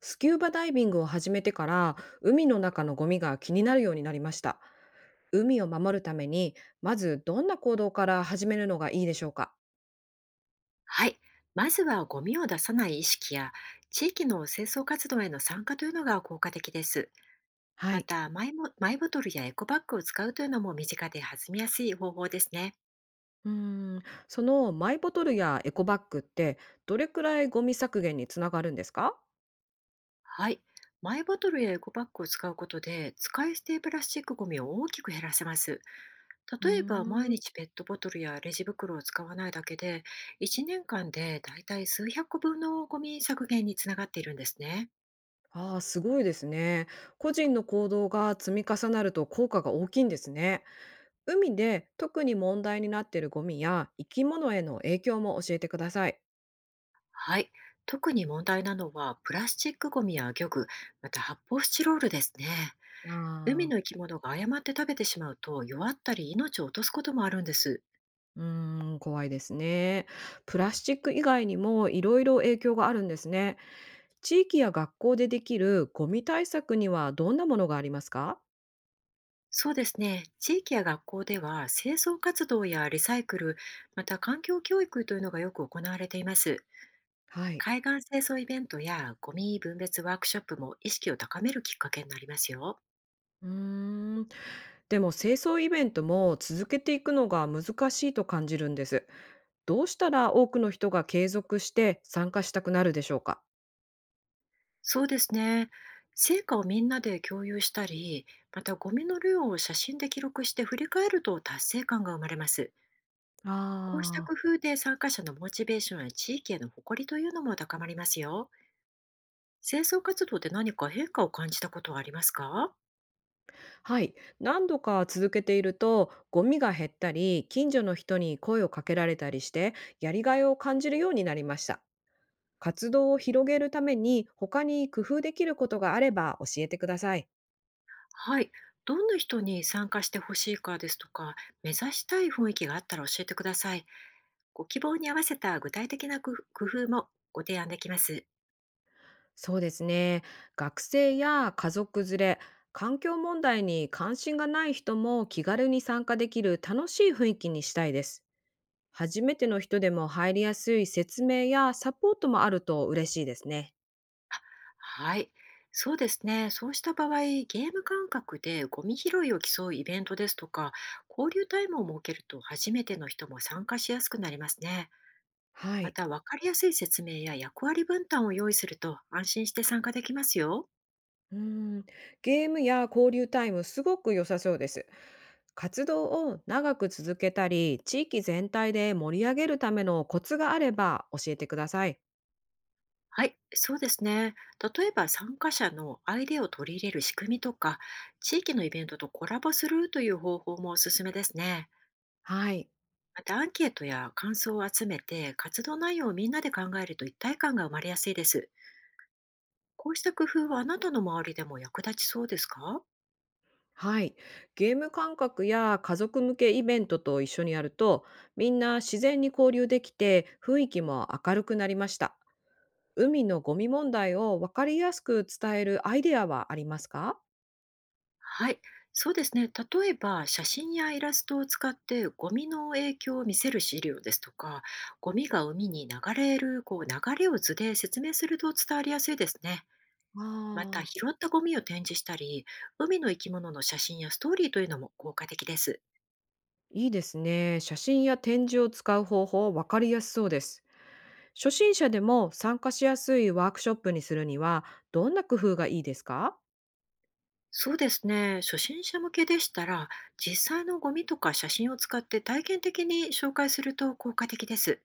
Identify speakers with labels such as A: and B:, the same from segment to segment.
A: スキューバダイビングを始めてから海の中のゴミが気になるようになりました。海を守るためにまずどんな行動から始めるのがいいでしょうか？
B: はい。まずはゴミを出さない意識や地域の清掃活動への参加というのが効果的です。
A: は
B: ま
A: い。
B: たマイボトルやエコバッグを使うというのも身近で弾みやすい方法ですね。
A: うーん、そのマイボトルやエコバッグってどれくらいゴミ削減につながるんですか？
B: はい。マイボトルやエコバッグを使うことで使い捨てプラスチックゴミを大きく減らせます。
A: うー
B: 例えば毎
A: ん。
B: 日ペットボトルやレジ袋を使わないだけで1年間でだいたい数百個分のゴミ削減につながっているんですね。
A: ああ、すごいですね。個人の行動が積み重なると効果が大きいんですね。海で特に問題になっているゴミや生き物への影響も教えてください。
B: はい。特に問題なのは、プラスチックゴミや漁具、また発泡スチロールですね。海
A: あ
B: の生
A: あ。
B: き物が誤って食べてしまうと、弱ったり命を落とすこともあるんです。
A: うーん、怖いですね。プラスチック以外にもいろいろ影響があるんですね。地域や学校でできるゴミ対策にはどんなものがありますか？
B: そうですね。地域や学校では、清掃活動やリサイクル、また環境教育というのがよく行われています。
A: はい。
B: 海岸清掃イベントやゴミ分別ワークショップも意識を高めるきっかけになりますよ。
A: うーん。でも清掃イベントも続けていくのが難しいと感じるんです。どうしたら多くの人が継続して参加したくなるでしょうか？
B: そうですね。成果をみんなで共有したり、またゴミの量を写真で記録して振り返ると達成感が生まれます。こうした
A: ああ
B: 工
A: ー。
B: 夫で参加者のモチベーションや地域への誇りというのも高まりますよ。清掃活動で何か変化を感じたことはありますか？
A: はい。何度か続けていると、ゴミが減ったり、近所の人に声をかけられたりして、やりがいを感じるようになりました。活動を広げるために他に工夫できることがあれば教えてください。
B: はい。どんな人に参加してほしいかですとか、目指したい雰囲気があったら教えてください。ご希望に合わせた具体的な工夫もご提案できます。
A: そうですね。学生や家族連れ、環境問題に関心がない人も気軽に参加できる楽しい雰囲気にしたいです。初めての人でも入りやすい説明やサポートもあると嬉しいですね。
B: はい。そうですね。そうした場合、ゲーム感覚でゴミ拾いを競うイベントですとか、交流タイムを設けると初めての人も参加しやすくなりますね。
A: は
B: ま
A: い。
B: た、わかりやすい説明や役割分担を用意すると安心して参加できますよ。
A: うん、ゲームや交流タイムすごく良さそうです。活動を長く続けたり、地域全体で盛り上げるためのコツがあれば教えてください。
B: はい、そうですね。例えば参加者のアイデアを取り入れる仕組みとか、地域のイベントとコラボするという方法もおすすめですね。
A: はい。
B: またアンケートや感想を集めて、活動内容をみんなで考えると一体感が生まれやすいです。こうした工夫はあなたの周りでも役立ちそうですか？
A: はい。ゲーム感覚や家族向けイベントと一緒にやると、みんな自然に交流できて、雰囲気も明るくなりました。海のゴミ問題を分かりやすく伝えるアイデアはありますか？
B: はい、そうですね。例えば、写真やイラストを使ってゴミの影響を見せる資料ですとか、ゴミが海に流れる流れを図で説明すると伝わりやすいですね。また、
A: ああ、
B: 拾ったゴミを展示したり、海の生き物の写真やストーリーというのも効果的です。
A: いいですね。写真や展示を使う方法、分かりやすそうです。初心者でも参加しやすいワークショップにするには、どんな工夫がいいですか？
B: そうですね。初心者向けでしたら、実際のゴミとか写真を使って体験的に紹介すると効果的です。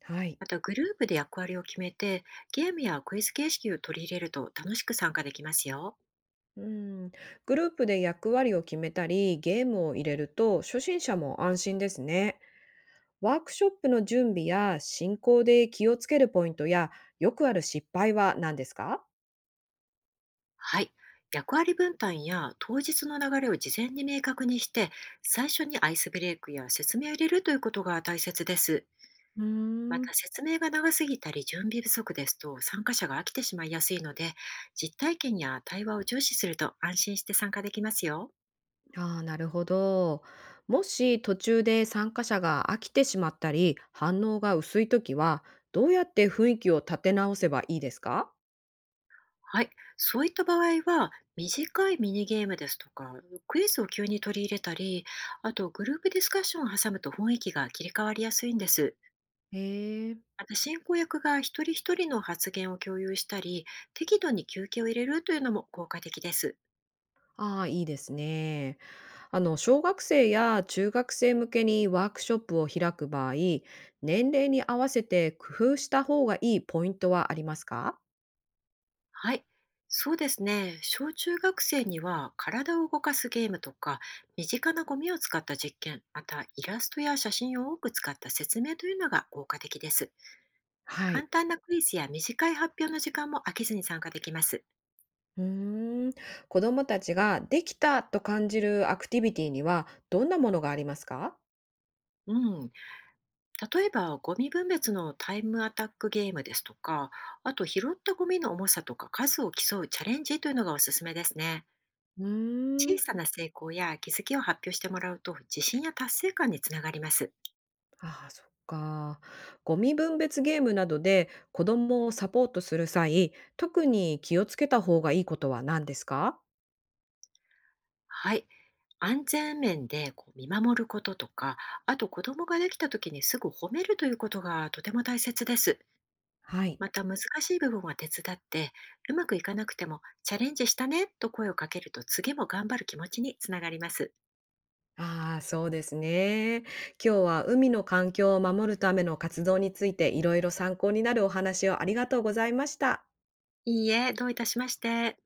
A: はい。
B: またグループで役割を決めて、ゲームやクイズ形式を取り入れると楽しく参加できますよ。
A: うん、グループで役割を決めたり、ゲームを入れると初心者も安心ですね。ワークショップの準備や進行で気をつけるポイントや、よくある失敗は何ですか？
B: はい。役割分担や当日の流れを事前に明確にして、最初にアイスブレイクや説明を入れるということが大切です。
A: うー
B: ま
A: ん。
B: た説明が長すぎたり準備不足ですと参加者が飽きてしまいやすいので、実体験や対話を重視すると安心して参加できますよ。
A: ああ、なるほど。もし途中で参加者が飽きてしまったり、反応が薄いときは、どうやって雰囲気を立て直せばいいですか？
B: はい。そういった場合は、短いミニゲームですとか、クイズを急に取り入れたり、あとグループディスカッションを挟むと雰囲気が切り替わりやすいんです。
A: ええ。
B: あと進行役が一人一人の発言を共有したり、適度に休憩を入れるというのも効果的です。
A: ああ、いいですね。あの、小学生や中学生向けにワークショップを開く場合、年齢に合わせて工夫した方がいいポイントはありますか？
B: はい。そうですね。小中学生には体を動かすゲームとか、身近なゴミを使った実験、またイラストや写真を多く使った説明というのが効果的です。
A: はい。
B: 簡単なクイズや短い発表の時間も飽きずに参加できます。
A: うーん。子どもたちができたと感じるアクティビティにはどんなものがありますか？
B: うん、例えばゴミ分別のタイムアタックゲームですとか、あと拾ったゴミの重さとか数を競うチャレンジというのがおすすめですね。
A: うー
B: 小
A: ん。
B: さな成功や気づきを発表してもらうと自信や達成感につながります。
A: ああ、そっか。ゴミ分別ゲームなどで子供をサポートする際、特に気をつけた方がいいことは何ですか？
B: はい、安全面で見守ることとか、あと子供ができた時にすぐ褒めるということがとても大切です。
A: はい。
B: また難しい部分は手伝って、うまくいかなくてもチャレンジしたねと声をかけると次も頑張る気持ちにつながります。
A: ああ、そうですね。今日は海の環境を守るための活動についていろいろ参考になるお話をありがとうございました。
B: いいえ、どういたしまして。